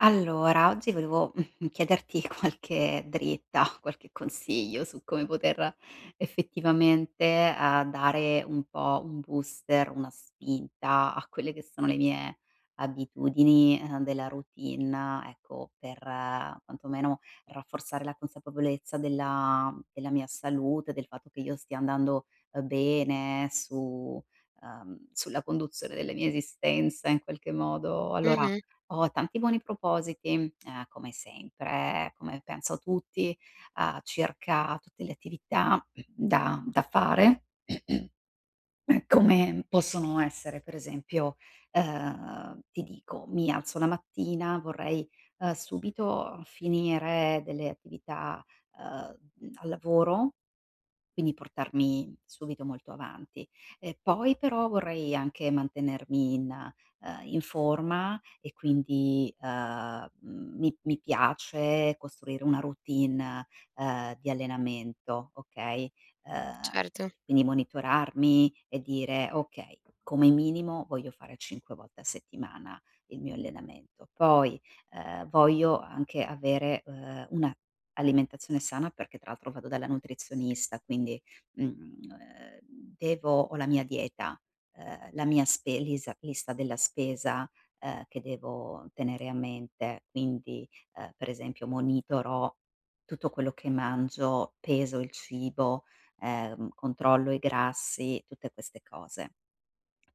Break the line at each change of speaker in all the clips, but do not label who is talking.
Allora, oggi volevo chiederti qualche dritta, qualche consiglio su come poter effettivamente, dare un po' un booster, una spinta a quelle che sono le mie abitudini, della routine, ecco, per quantomeno rafforzare la consapevolezza della mia salute, del fatto che io stia andando, bene su sulla conduzione della mia esistenza in qualche modo. Allora
Mh-mh,
ho tanti buoni propositi, come sempre, come penso tutti, circa tutte le attività da fare, come possono essere per esempio, ti dico, mi alzo la mattina, vorrei, subito finire delle attività, al lavoro, quindi portarmi subito molto avanti. E poi però vorrei anche mantenermi in in forma e quindi, mi piace costruire una routine, di allenamento, okay, ehm,
certo.
quindi monitorarmi e dire: "Okay, come minimo voglio fare 5 volte a settimana il mio allenamento". Poi, voglio anche avere, una Alimentazione sana perché tra l'altro vado dalla nutrizionista, quindi, mhmm, ehm, devo ho la mia dieta, la mia spe lisa lista della spesa, che devo tenere a mente, quindi, per esempio monitoro tutto quello che mangio, peso il cibo, controllo i grassi, tutte queste cose.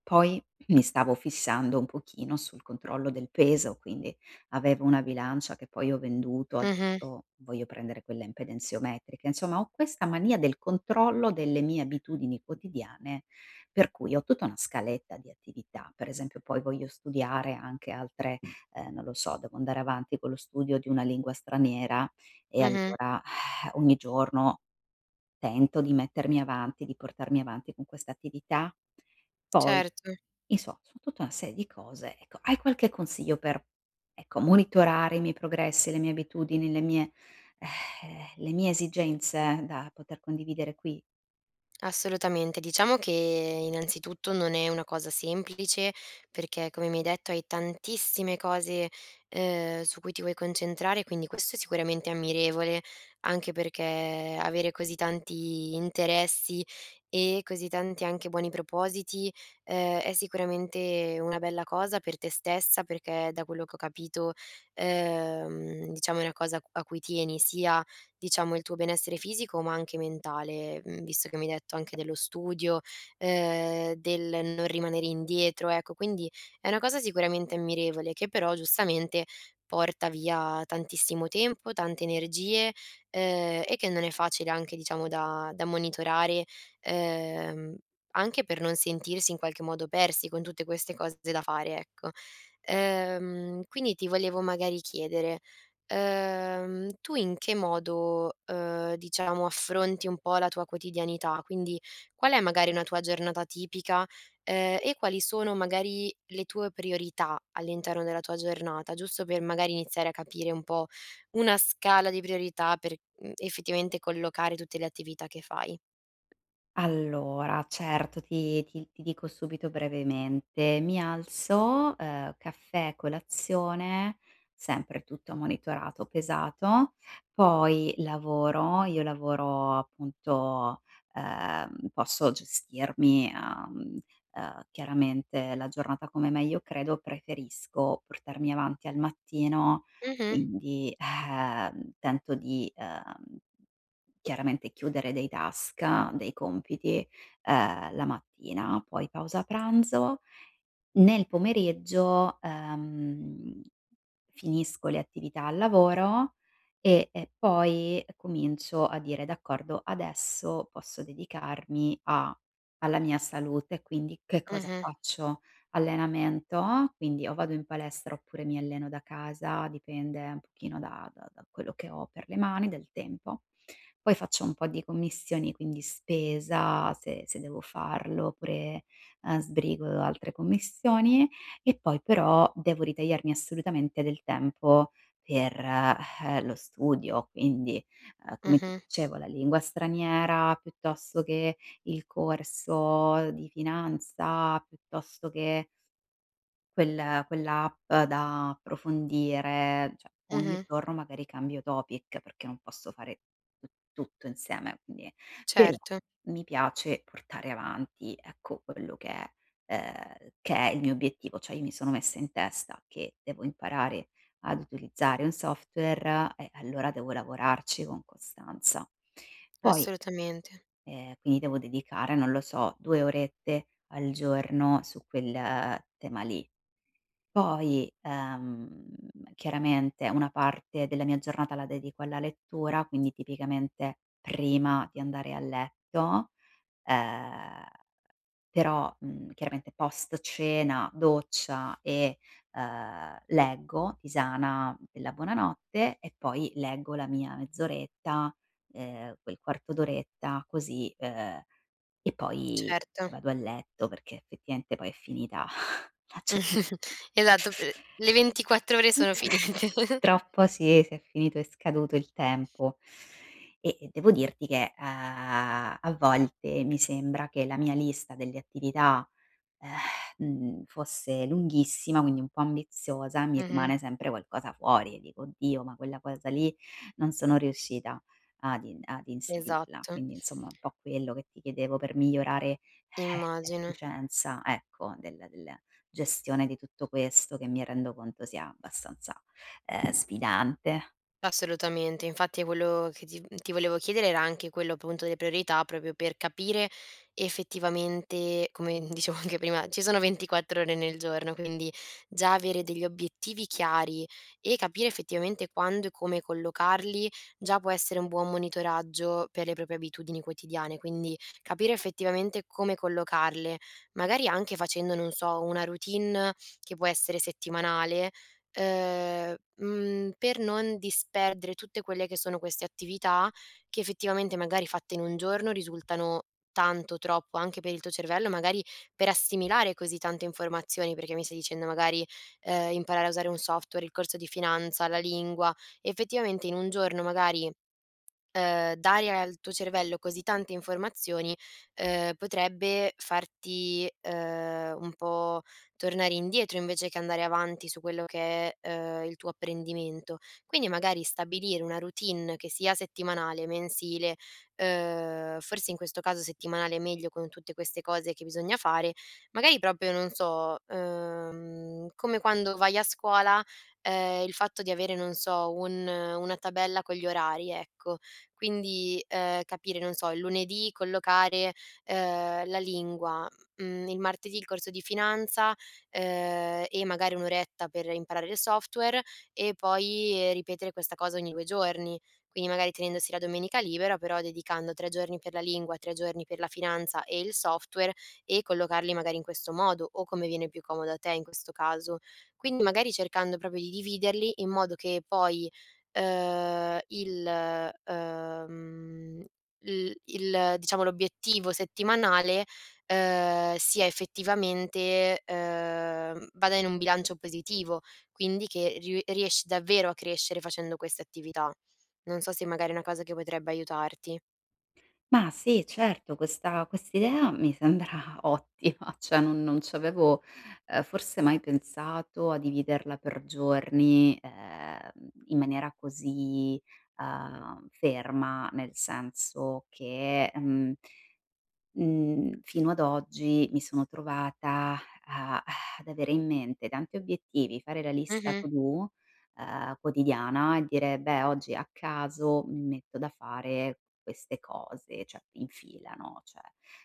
Poi mi stavo fissando un pochino sul controllo del peso, quindi avevo una bilancia che poi ho venduto.
Mh-mh,
Adesso voglio prendere quella impedenziometrica. Insomma, ho questa mania del controllo delle mie abitudini quotidiane, per cui ho tutta una scaletta di attività. Per esempio, poi voglio studiare anche altre non lo so, devo andare avanti con lo studio di una lingua straniera e
mh-mh,
allora ogni giorno tento di mettermi avanti, di portarmi avanti con questa attività. Poi,
certo,
insomma, sono tutta una serie di cose. Ecco, hai qualche consiglio per, ecco, monitorare i miei progressi, le mie abitudini, le mie esigenze da poter condividere qui?
assolutamente. Diciamo che innanzitutto non è una cosa semplice, perché come mi hai detto hai tantissime cose, su cui ti vuoi concentrare, quindi questo è sicuramente ammirevole, anche perché avere così tanti interessi e così tanti anche buoni propositi, è sicuramente una bella cosa per te stessa, perché da quello che ho capito, diciamo è una cosa a cui tieni, sia diciamo, il tuo benessere fisico, ma anche mentale, visto che mi hai detto anche dello studio, del non rimanere indietro, ecco. Quindi è una cosa sicuramente ammirevole, che però giustamente porta via tantissimo tempo, tante energie, e che non è facile anche, diciamo, da monitorare, ehm, anche per non sentirsi in qualche modo persi con tutte queste cose da fare, ecco. Quindi ti volevo magari chiedere, tu in che modo, diciamo affronti un po' la tua quotidianità? Quindi qual è magari una tua giornata tipica, e quali sono magari le tue priorità all'interno della tua giornata? Giusto per magari iniziare a capire un po' una scala di priorità per, effettivamente collocare tutte le attività che fai.
Allora, certo, ti dico subito brevemente. Mi alzo, caffè, colazione, sempre tutto monitorato, pesato, poi lavoro. Io lavoro appunto, posso gestirmi, chiaramente la giornata come meglio credo, preferisco portarmi avanti al mattino,
Mh-mh,
quindi, tento di, chiaramente chiudere dei task, dei compiti, la mattina, poi pausa pranzo nel pomeriggio, finisco le attività al lavoro e poi comincio a dire: "D'accordo, adesso posso dedicarmi a alla mia salute". Quindi che cosa
mh-mh,
faccio? Allenamento, quindi o vado in palestra oppure mi alleno da casa, dipende un pochino da quello che ho per le mani, del tempo. Poi faccio un po' di commissioni, quindi spesa se devo farlo, oppure sbrigo altre commissioni e poi però devo ritagliarmi assolutamente del tempo per, lo studio, quindi, come ti
mh-mh,
dicevo la lingua straniera, piuttosto che il corso di finanza, piuttosto che quell'app da approfondire, cioè ogni
mh-mh.
giorno magari cambio topic, perché non posso fare tu tutto insieme, quindi però
Certo,
mi piace portare avanti, ecco, quello che è il mio obiettivo, cioè io mi sono messa in testa che devo imparare ad utilizzare un software e allora devo lavorarci con costanza. Poi,
assolutamente,
quindi devo dedicare, non lo so, 2 orette al giorno su quel tema lì. Poi, chiaramente una parte della mia giornata la dedico alla lettura, quindi tipicamente prima di andare a letto, ehm, però, chiaramente post cena, doccia e, leggo Tisana della buonanotte e poi leggo la mia mezz'oretta, quel quarto d'oretta così, e poi
certo.
vado a letto perché effettivamente poi è finita la giorna
Esatto, p le 24 ore sono finite.
Purtroppo sì, si è finito, è scaduto il tempo. E devo dirti che, a volte mi sembra che la mia lista delle attività fosse lunghissima, quindi un po' ambiziosa, mi
Mh-mh,
rimane sempre qualcosa fuori e dico: "Oddio, ma quella cosa lì non sono riuscita ad inserirla".
esatto,
Quindi insomma un po' quello che ti chiedevo per migliorare,
immagino.
l'efficienza, ecco, del gestione di tutto questo che mi rendo conto sia abbastanza, sfidante.
Assolutamente, infatti è quello che ti volevo chiedere era anche quello appunto delle priorità, proprio per capire effettivamente, come dicevo anche prima, ci sono 24 ore nel giorno, quindi già avere degli obiettivi chiari e capire effettivamente quando e come collocarli già può essere un buon monitoraggio per le proprie abitudini quotidiane, quindi capire effettivamente come collocarle, magari anche facendo, non so, una routine che può essere settimanale per non disperdere tutte quelle che sono queste attività che effettivamente magari fatte in un giorno risultano tanto, troppo anche per il tuo cervello, magari per assimilare così tante informazioni, perché mi stai dicendo magari, imparare a usare un software, il corso di finanza, la lingua, effettivamente in un giorno magari dare al tuo cervello così tante informazioni, potrebbe farti, un po' tornare indietro invece che andare avanti su quello che è, il tuo apprendimento. Quindi magari stabilire una routine che sia settimanale, mensile, forse in questo caso settimanale è meglio con tutte queste cose che bisogna fare, magari proprio non so, come quando vai a scuola, il fatto di avere, non so, un una tabella con gli orari, ecco. Quindi, capire, non so, il lunedì collocare, la lingua, il martedì il corso di finanza, e magari 1 oretta per imparare il software e poi ripetere questa cosa ogni 2 giorni. Quindi magari tenendosi la domenica libera, però dedicando 3 giorni per la lingua, 3 giorni per la finanza e il software e collocarli magari in questo modo, o come viene più comodo a te in questo caso. Quindi magari cercando proprio di dividerli in modo che poi ehm, il uhm, il diciamo l'obiettivo settimanale, sia effettivamente vada in un bilancio positivo, quindi che riu riesci davvero a crescere facendo queste attività. Non so se magari è una cosa che potrebbe aiutarti.
Ma sì, certo, questa quest'idea mi sembra ottima, cioè non ci avevo, forse mai pensato a dividerla per giorni, in maniera così, ferma, nel senso che, Mhmm, fino ad oggi mi sono trovata a ad avere in mente tanti obiettivi, fare la lista
Mh-mh,
to do, quotidiana e dire: "Beh, oggi a caso mi metto da fare queste cose", cioè in fila, no, cioè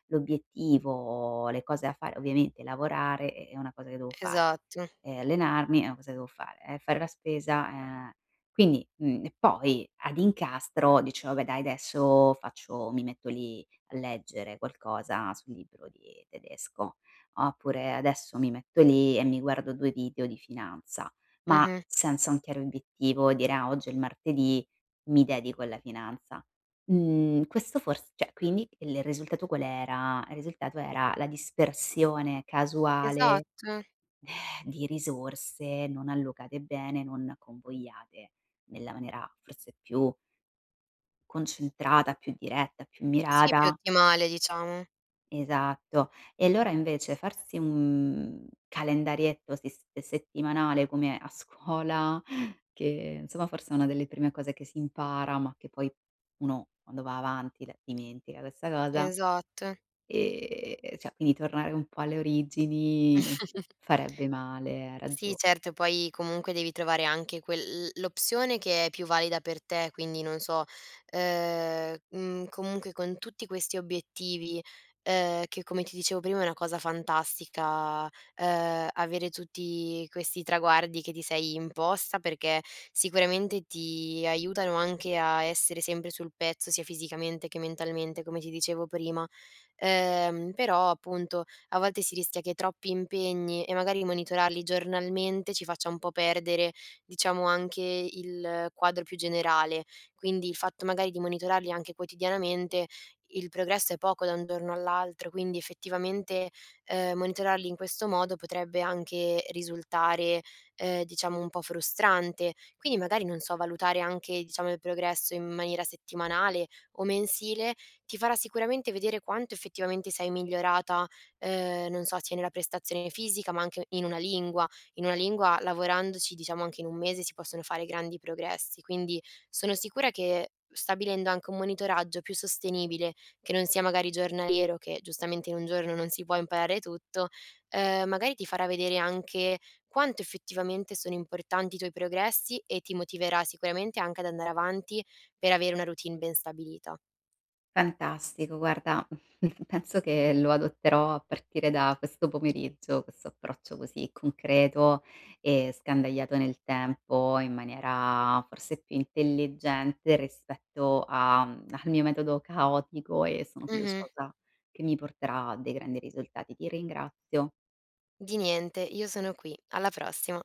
l'obiettivo, le cose da fare ovviamente lavorare è una cosa che devo fare,
esatto.
allenarmi è una cosa che devo fare, fare la spesa, quindi, e poi ad incastro dicevo: "Vabbè dai adesso faccio mi metto lì" leggere qualcosa sul libro di tedesco, oppure adesso mi metto lì e mi guardo 2 video di finanza, ma
Mh-mh.
senza un chiaro obiettivo, dire: "Ah, oggi è il martedì, mi dedico alla finanza". Questo fors cioè quindi il risultato qual era? Il risultato era la dispersione casuale
Esatto.
eh, di risorse non allocate bene, non convogliate nella maniera forse più concentrata, più diretta, più
Sì, più
mirata.
ottimale diciamo.
Esatto. E allora invece farsi un calendarietto sis settimanale come a scuola, che insomma forse è una delle prime cose che si impara, ma che poi uno quando va avanti la dimentica questa cosa,
Esatto.
cioè quindi tornare un po' alle origini non farebbe male, hai
Sì,
ragione.
certo, poi comunque devi trovare anche quel l'opzione che è più valida per te, quindi non so, comunque con tutti questi obiettivi, che come ti dicevo prima è una cosa fantastica, avere tutti questi traguardi che ti sei imposta, perché sicuramente ti aiutano anche a essere sempre sul pezzo, sia fisicamente che mentalmente, come ti dicevo prima. Però appunto a volte si rischia che troppi impegni e magari monitorarli giornalmente ci faccia un po' perdere, diciamo, anche il quadro più generale. Quindi il fatto magari di monitorarli anche quotidianamente, il progresso è poco da un giorno all'altro, quindi effettivamente, monitorarli in questo modo potrebbe anche risultare, diciamo un po' frustrante. Quindi magari, non so, valutare anche, diciamo, il progresso in maniera settimanale o mensile ti farà sicuramente vedere quanto effettivamente sei migliorata non so, sia nella prestazione fisica, ma anche in una lingua. In una lingua lavorandoci, diciamo, anche in 1 mese si possono fare grandi progressi. Quindi sono sicura che stabilendo anche un monitoraggio più sostenibile, che non sia magari giornaliero, che giustamente in un giorno non si può imparare tutto, magari ti farà vedere anche quanto effettivamente sono importanti i tuoi progressi e ti motiverà sicuramente anche ad andare avanti per avere una routine ben stabilita.
Fantastico, guarda, penso che lo adotterò a partire da questo pomeriggio, questo approccio così concreto e scandagliato nel tempo in maniera forse più intelligente rispetto a al mio metodo caotico e sono
Mh-mh.
fiduciosa che mi porterà a dei grandi risultati. Ti ringrazio.
Di niente, io sono qui. Alla prossima.